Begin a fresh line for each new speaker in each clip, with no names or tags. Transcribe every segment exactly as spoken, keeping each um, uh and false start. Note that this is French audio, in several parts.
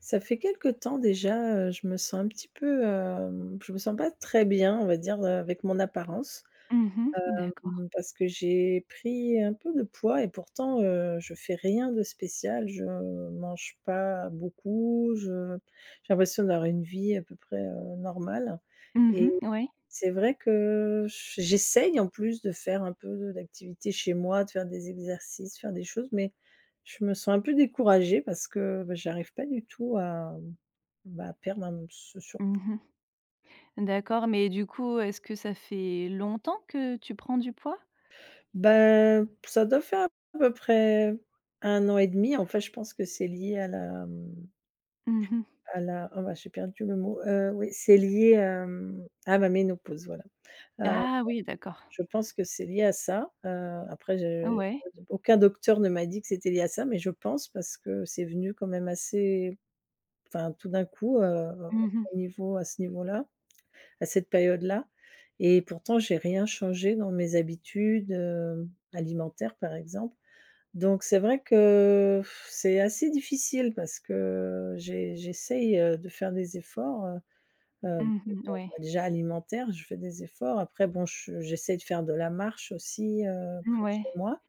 Ça fait quelque temps déjà, heu, je me sens un petit peu, hem, je me sens pas très bien, on va dire, heu, avec mon apparence.
Mmh mh. D'accord.
Mmh, parce que j'ai pris un peu de poids et pourtant, heu, je fais rien de spécial. Je mange pas beaucoup, je j'ai l'impression d'avoir une vie à peu près, heu, normale
Mmh
et
mh. Ouais.
c'est vrai que j j'essaye en plus de faire un peu d'activité chez moi, de faire des exercices, faire des choses, mais je me sens un peu découragée parce que, bah, j'arrive pas du tout à, bah, perdre un ce
Mmh
surpoids.
mh. D'accord, mais du coup, est-ce que ça fait longtemps que tu prends du poids?
Ben, ça doit faire à peu près un an et demi. En fait, je pense que c'est lié à la, mmh,
Mmh mh.
à la oh, bah, j'ai perdu le mot, heu, oui, c'est lié, hem, à ma ménopause, voilà. Heu,
Ah oui, d'accord.
je pense que c'est lié à ça. Heu, après je
Ouais.
aucun docteur ne m'a dit que c'était lié à ça, mais je pense parce que c'est venu quand même assez enfin tout d'un coup, heu,
Mmh mh.
au niveau à ce niveau-là, à cette période-là et pourtant j'ai rien changé dans mes habitudes, heu, alimentaires, par exemple. Donc c'est vrai que c'est assez difficile parce que j'ai j'essaye, heu, de faire des efforts, heu heu,
Mmh
bah,
mh. Ouais.
déjà alimentaires, je fais des efforts. Après bon, je j'essaie de faire de la marche aussi, heu,
Mmh,
près de
ouais.
chez moi,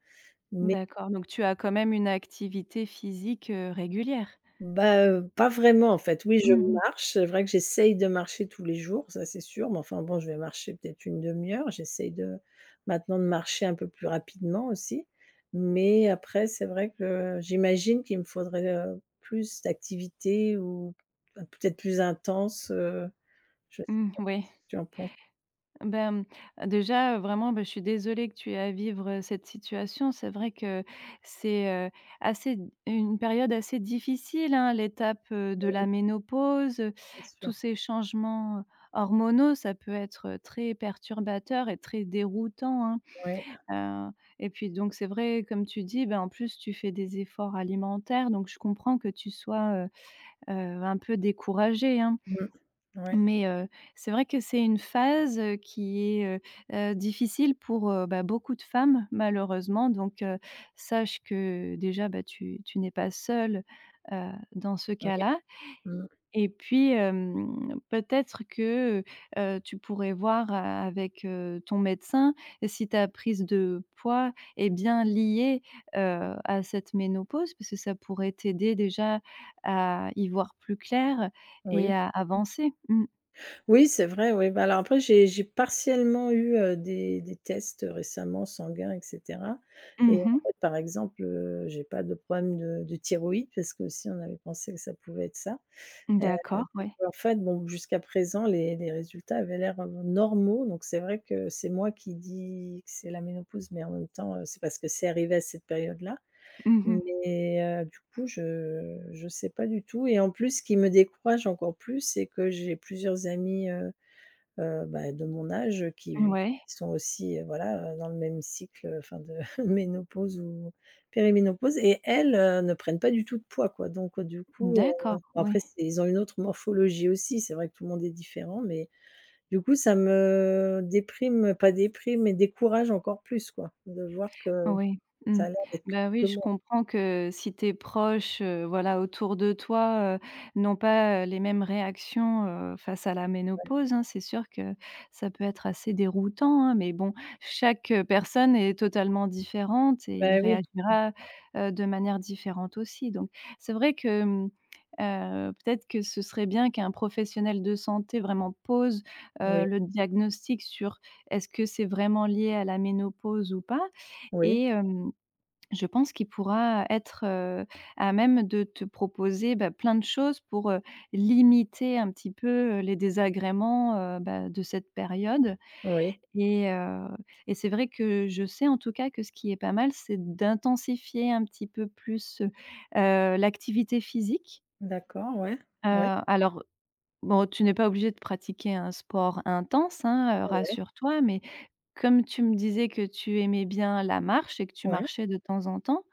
mais
D'accord, donc tu as quand même une activité physique, heu, régulière?
bah, heu, pas vraiment en fait. Oui, je
Mmh mh.
marche, c'est vrai que j'essaye de marcher tous les jours, ça c'est sûr, mais enfin bon, je vais marcher peut-être une demi heure. J'essaye de maintenant de marcher un peu plus rapidement aussi, mais après c'est vrai que j'imagine qu'il me faudrait, heu, plus d'activités ou p peut-être plus intenses, heu, je sais
Mmh,
pas ce
ouais.
que tu en penses?
Ben, déjà, heu, vraiment, ben je suis désolée que tu aies à vivre, heu, cette situation. C'est vrai que c'est, heu, assez d une période assez difficile, hein, l'étape, heu, de la ménopause, heu,
C'est
tous
sûr.
ces changements, hormonaux, ça peut être, heu, très perturbateur et très déroutant,
Ouais.
hein. Heu et puis donc c'est vrai, comme tu dis, ben, en plus tu fais des efforts alimentaires, donc je comprends que tu sois, heu heu, un peu découragée, hein.
Mmh. Ouais.
Mais heu, c'est vrai que c'est une phase, heu, qui est, heu heu, difficile pour, heu, bah, beaucoup de femmes malheureusement donc heu, sache que déjà, bah, tu tu n'es pas seule, heu, dans ce
Oui.
cas-là
Mmh.
et puis, hem, peut-être que, heu tu pourrais voir a avec, heu, ton médecin si ta prise de poids est bien liée, heu, à cette ménopause parce que ça pourrait t'aider déjà à y voir plus clair et
Oui.
à avancer. Mmh.
Oui, c'est vrai, oui. Bah, alors après, j'ai j'ai partiellement eu, heu, des des tests récemment sanguins et cetera et
Mmh mh.
en fait, par exemple, heu, j'ai pas de problème de de thyroïde parce que aussi on avait pensé que ça pouvait être ça. Heu,
D'accord,
donc
ouais.
en fait, bon, jusqu'à présent, les les résultats avaient l'air, heu, normaux, donc c'est vrai que c'est moi qui dis que c'est la ménopause, mais en même temps, heu, c'est parce que c'est arrivé à cette période-là,
Mmh mh.
mais heu, du coup, je ne sais pas du tout et en plus, ce qui me décourage encore plus, c'est que j'ai plusieurs amis heu, bah, de mon âge, qui
Ouais.
qui sont aussi, heu, voilà, heu, dans le même cycle, heu, enfin de ménopause ou périménopause et elles, heu, ne prennent pas du tout de poids, quoi. Donc, heu, du coup, heu,
D'accord,
bon
oui.
après c'est ils ont une autre morphologie aussi, c'est vrai que tout le monde est différent, mais du coup ça me déprime, pas déprime, mais décourage encore plus, quoi, de voir que
Oui, mmh.
ça a l'air d'être
Bah, oui,
que
je
moi.
comprends que si tes proches, heu, voilà, autour de toi, heu, n'ont pas, heu, les mêmes réactions, heu, face à la ménopause, hein, c'est sûr que ça peut être assez déroutant, hein, mais bon, chaque, heu, personne est totalement différente et
Bah, oui,
réagira, heu, de manière différente aussi. Donc c'est vrai que, mmh, heu, peut-être que ce serait bien qu'un professionnel de santé vraiment pose, heu,
oui,
le diagnostic sur est-ce que c'est vraiment lié à la ménopause ou pas?
oui,
Et hem, je pense qu'il pourra être, heu, à même de te proposer, bah, plein de choses pour, heu, limiter un petit peu, heu, les désagréments, heu, bah, de cette période
oui,
et heu et c'est vrai que je sais en tout cas que ce qui est pas mal, c'est d'intensifier un petit peu plus, heu, l'activité physique.
d'accord, ouais,
Heu,
ouais,
alors bon, tu n'es pas obligé de pratiquer un sport intense, hein, heu,
ouais, ouais,
rassure-toi, mais comme tu me disais que tu aimais bien la marche et que tu
ouais,
marchais de temps en temps,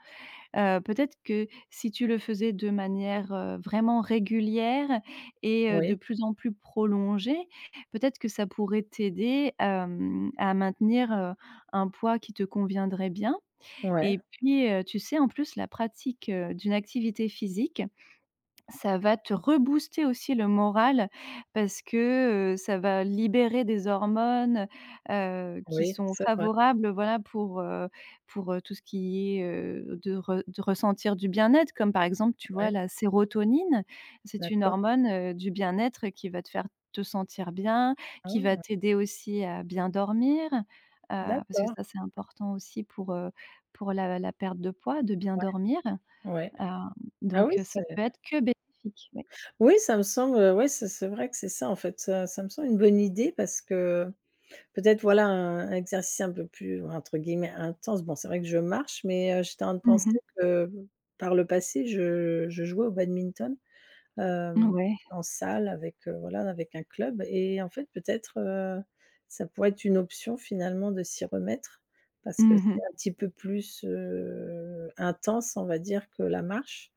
Heu, peut-être que si tu le faisais de manière, heu, vraiment régulière et heu, de plus en plus prolongée, peut-être que ça pourrait t'aider, hem, à maintenir, heu, un poids qui te conviendrait bien
ouais, ouais,
et puis, heu, tu sais, en plus, la pratique, heu, d'une activité physique, ça va te rebooster aussi le moral parce que, heu, ça va libérer des hormones, heu, qui
oui,
sont
c'est vrai,
favorables, voilà, pour, heu, pour, heu, tout ce qui est, heu, de re de ressentir du bien-être comme, par exemple, tu vois,
ouais,
la sérotonine. C'est une
d'accord.
hormone, heu, du bien-être qui va te faire te sentir bien, qui va
Ah!
t'aider aussi à bien dormir, heu, parce que
D'accord,
ça, c'est important aussi pour, heu, pour la la perte de poids, de bien dormir.
ouais.
Hem,
Ah oui,
donc heu, ça
c'est
peut être que bénéfique, oui.
oui, ça me semble, euh, ouais, c'est c'est vrai que c'est ça, en fait, ça ça me semble une bonne idée parce que peut-être, voilà, un un exercice un peu plus, entre guillemets, «intense». Bon, c'est vrai que je marche, mais heu, j'étais en train de
Mmh mh.
penser que, par le passé, je je jouais au badminton, hem,
Ouais.
en salle avec, heu, voilà, avec un club et en fait, peut-être, heu, ça pourrait être une option, finalement, de s'y remettre parce que
Mmh mh.
c'est un petit peu plus, heu, intense, on va dire, que la marche.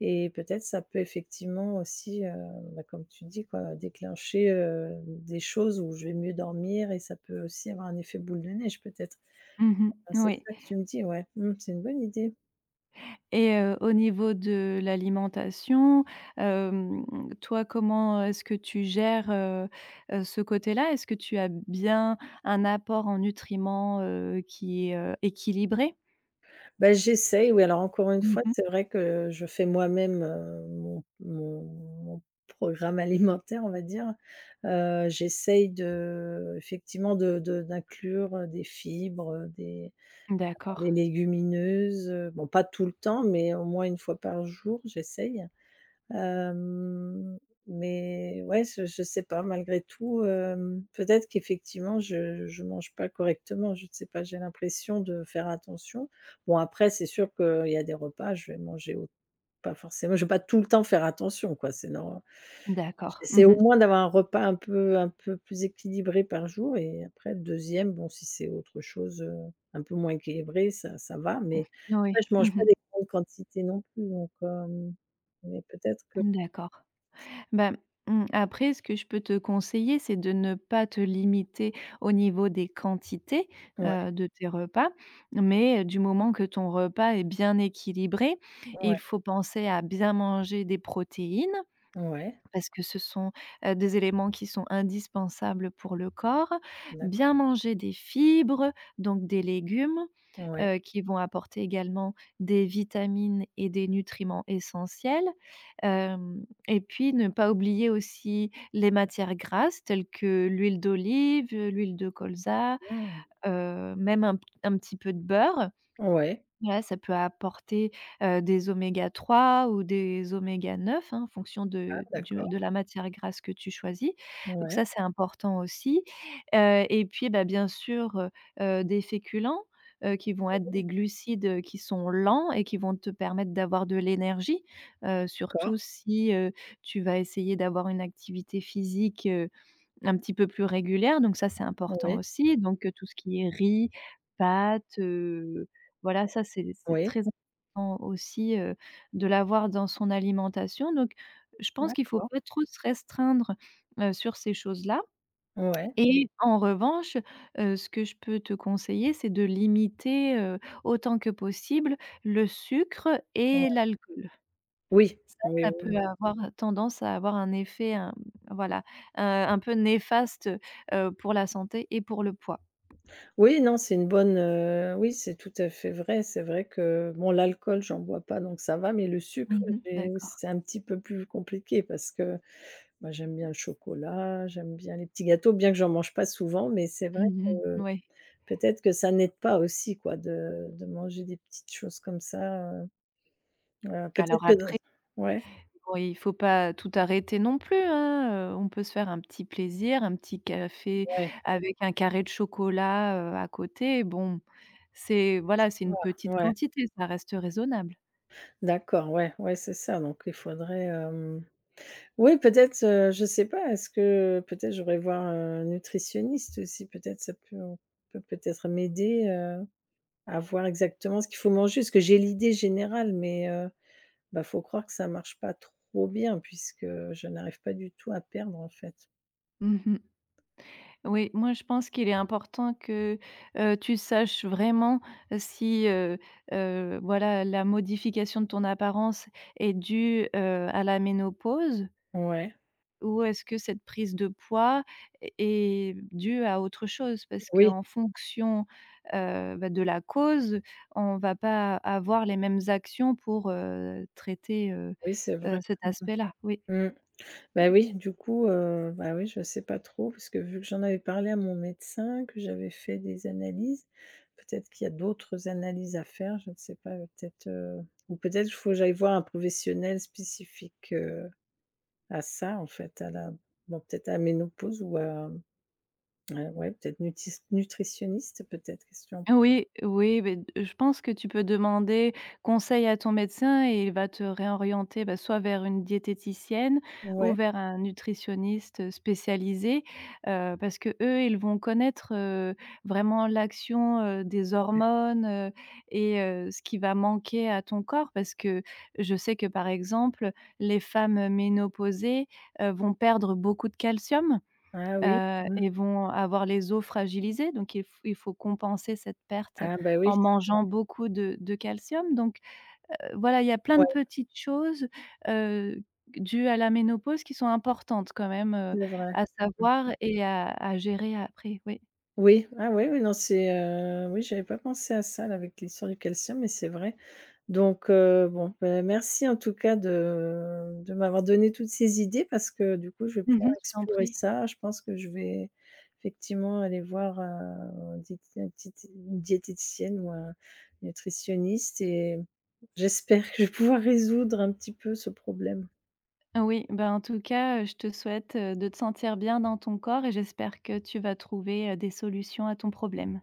Et peut-être ça peut effectivement aussi, heu, bah, comme tu dis quoi, déclencher, heu, des choses où je vais mieux dormir et ça peut aussi avoir un effet boule de neige peut-être?
Mmh
Ah
mh.
c'est
Oui
ça que tu me dis, ouais. Mmh, c'est une bonne idée.
et heu, au niveau de l'alimentation, hem, toi, comment est-ce que tu gères, heu heu, ce côté-là? Est-ce que tu as bien un apport en nutriments, heu, qui est, heu, équilibré?
Bah, j'essaye, oui, alors encore une
Mmh
fois,
mh.
c'est vrai que je fais moi-même, heu, mon mon mon programme alimentaire, on va dire. Heu, j'essaye de effectivement de de d'inclure, des fibres, des
D'accord,
Les légumineuses, heu, bon pas tout le temps, mais au moins une fois par jour, j'essaye. Hem, mais ouais, je je sais pas malgré tout, hem, peut-être qu'effectivement je je mange pas correctement, je sais pas, j'ai l'impression de faire attention. Bon après c'est sûr qu'il y a des repas, je vais manger au pas forcément je vais pas tout le temps faire attention quoi, c'est nor
d'accord.
J'essaie
Mmh
au
mh.
moins d'avoir un repas un peu un peu plus équilibré par jour et après le deux bon, si c'est autre chose, heu, un peu moins équilibré, ça ça va, mais après
Oui.
je
Mmh
mange pas
mh.
des grandes quantités non plus donc hem, mais peut-être que
D'accord. Bah, mmh, après ce que je peux te conseiller, c'est de ne pas te limiter au niveau des quantités,
ouais,
heu, de tes repas, mais euh, du moment que ton repas est bien équilibré,
ouais,
il faut penser à bien manger des protéines
ouais,
parce que ce sont, heu, des éléments qui sont indispensables pour le corps,
d'acc
bien manger des fibres, donc des légumes
ouais,
heu, qui vont apporter également des vitamines et des nutriments essentiels, hem et puis ne pas oublier aussi les matières grasses telles que l'huile d'olive, l'huile de colza,
mmh,
heu, même un p un petit peu de beurre
ouais,
voilà ça peut apporter, heu, des oméga trois ou des oméga neuf hein, en fonction de du de
d'accord,
la matière grasse que tu choisis. Donc
ouais,
ça, c'est important aussi, heu et puis, bah, bien sûr, heu heu, des féculents, heu, qui vont être des glucides, qui sont lents et qui vont te permettre d'avoir de l'énergie, heu, surtout
d'accord,
si, heu, tu vas essayer d'avoir une activité physique, un petit peu plus régulière, donc ça, c'est important
oui,
aussi. Donc heu, tout ce qui est riz, pâtes, heu, voilà, ça, c'est c'est très
oui,
important aussi, heu, de l'avoir dans son alimentation. Donc je pense qu'il faut
d'accord,
pas trop se restreindre, heu, sur ces choses-là
ouais,
et en revanche, heu, ce que je peux te conseiller, c'est de limiter, heu, autant que possible le sucre et
ouais.
l'alcool.
Oui,
Ça,
oui,
Ça
oui,
peut
oui.
avoir tendance à avoir un effet, hem, voilà, heu, un peu néfaste, heu, pour la santé et pour le poids.
Oui, non, c'est une bonne, heu, oui, c'est tout à fait vrai. C'est vrai que, bon, l'alcool, j'en bois pas, donc ça va, mais le sucre,
Mmh.
j'ai
D'accord.
c'est un petit peu plus compliqué parce que, moi, j'aime bien le chocolat, j'aime bien les petits gâteaux, bien que j'en mange pas souvent, mais c'est vrai
Mmh mh.
que
Ouais.
peut-être que ça n'aide pas aussi, quoi, de de manger des petites choses comme ça, heu, voilà, peut-être
Alors
que de
après,
ouais,
bon, il faut pas tout arrêter non plus, hein, heu, on peut se faire un petit plaisir, un petit café
ouais,
avec un carré de chocolat, heu, à côté. Bon, c'est voilà, c'est une
voilà,
petite
ouais,
quantité, ça reste raisonnable.
d'accord, ouais, ouais, c'est ça, donc il faudrait, oui, peut-être, heu, je sais pas, est-ce que peut-être j'aurais voir un nutritionniste aussi? Peut-être ça peut peut peut-être m'aider, heu, à voir exactement ce qu'il faut manger. Parce que j'ai l'idée générale, mais heu, bah, faut croire que ça marche pas trop bien puisque je n'arrive pas du tout à perdre, en fait.
Mmh. Oui, moi je pense qu'il est important que, heu, tu saches vraiment si, heu heu, voilà, la modification de ton apparence est due, heu, à la ménopause
Ouais,
ou est-ce que cette prise de poids est est due à autre chose? Parce
oui,
qu'en fonction, heu, bah, de la cause, on ne va pas avoir les mêmes actions pour, heu, traiter, heu
oui, c'est
heu,
vrai.
cet
Mmh.
aspect-là. Oui.
Mmh. Bah oui, du coup, heu, bah oui, je sais pas trop parce que vu que j'en avais parlé à mon médecin, que j'avais fait des analyses, peut-être qu'il y a d'autres analyses à faire, je ne sais pas, heu, peut-être, heu ou peut-être il faut que j'aille voir un professionnel spécifique, heu, à ça en fait, à la bon peut-être à la ménopause ou à ouais, ouais peut-être nutis nutritionniste peut-être? Question
Oui, oui, beh, d je pense que tu peux demander conseil à ton médecin et il va te réorienter, bah, soit vers une diététicienne ou
ouais,
vers un nutritionniste, spécialisé, heu, parce que eux, ils vont connaître, heu, vraiment l'action, heu, des hormones, heu et heu, ce qui va manquer à ton corps. Parce que je sais que, par exemple, les femmes, ménopausées, heu, vont perdre beaucoup de calcium.
ah oui,
Heu
mmh,
et vont avoir les os fragilisés, donc il f il faut compenser cette perte
ah bah
en
oui,
mangeant beaucoup de de calcium, donc heu, voilà, il y a plein de
ouais,
petites choses, heu, dues à la ménopause qui sont importantes quand même, heu,
c'est vrai.
à
Mmh
savoir et à à gérer après, oui.
oui, ah oui oui, non, c'est, heu oui, j'avais pas pensé à ça là avec l'histoire du calcium, mais c'est vrai. Donc heu, bon, bah, merci en tout cas de de m'avoir donné toutes ces idées parce que du coup, je vais
Mmh
pouvoir
mh. Je t'en
explorer
prie.
ça. Je pense que je vais effectivement aller voir, heu, un diété un petit une diététicienne ou un nutritionniste et j'espère que je vais pouvoir résoudre un petit peu ce problème.
Oui, ben, en tout cas, heu, je te souhaite, heu, de te sentir bien dans ton corps et j'espère que tu vas trouver, heu, des solutions à ton problème.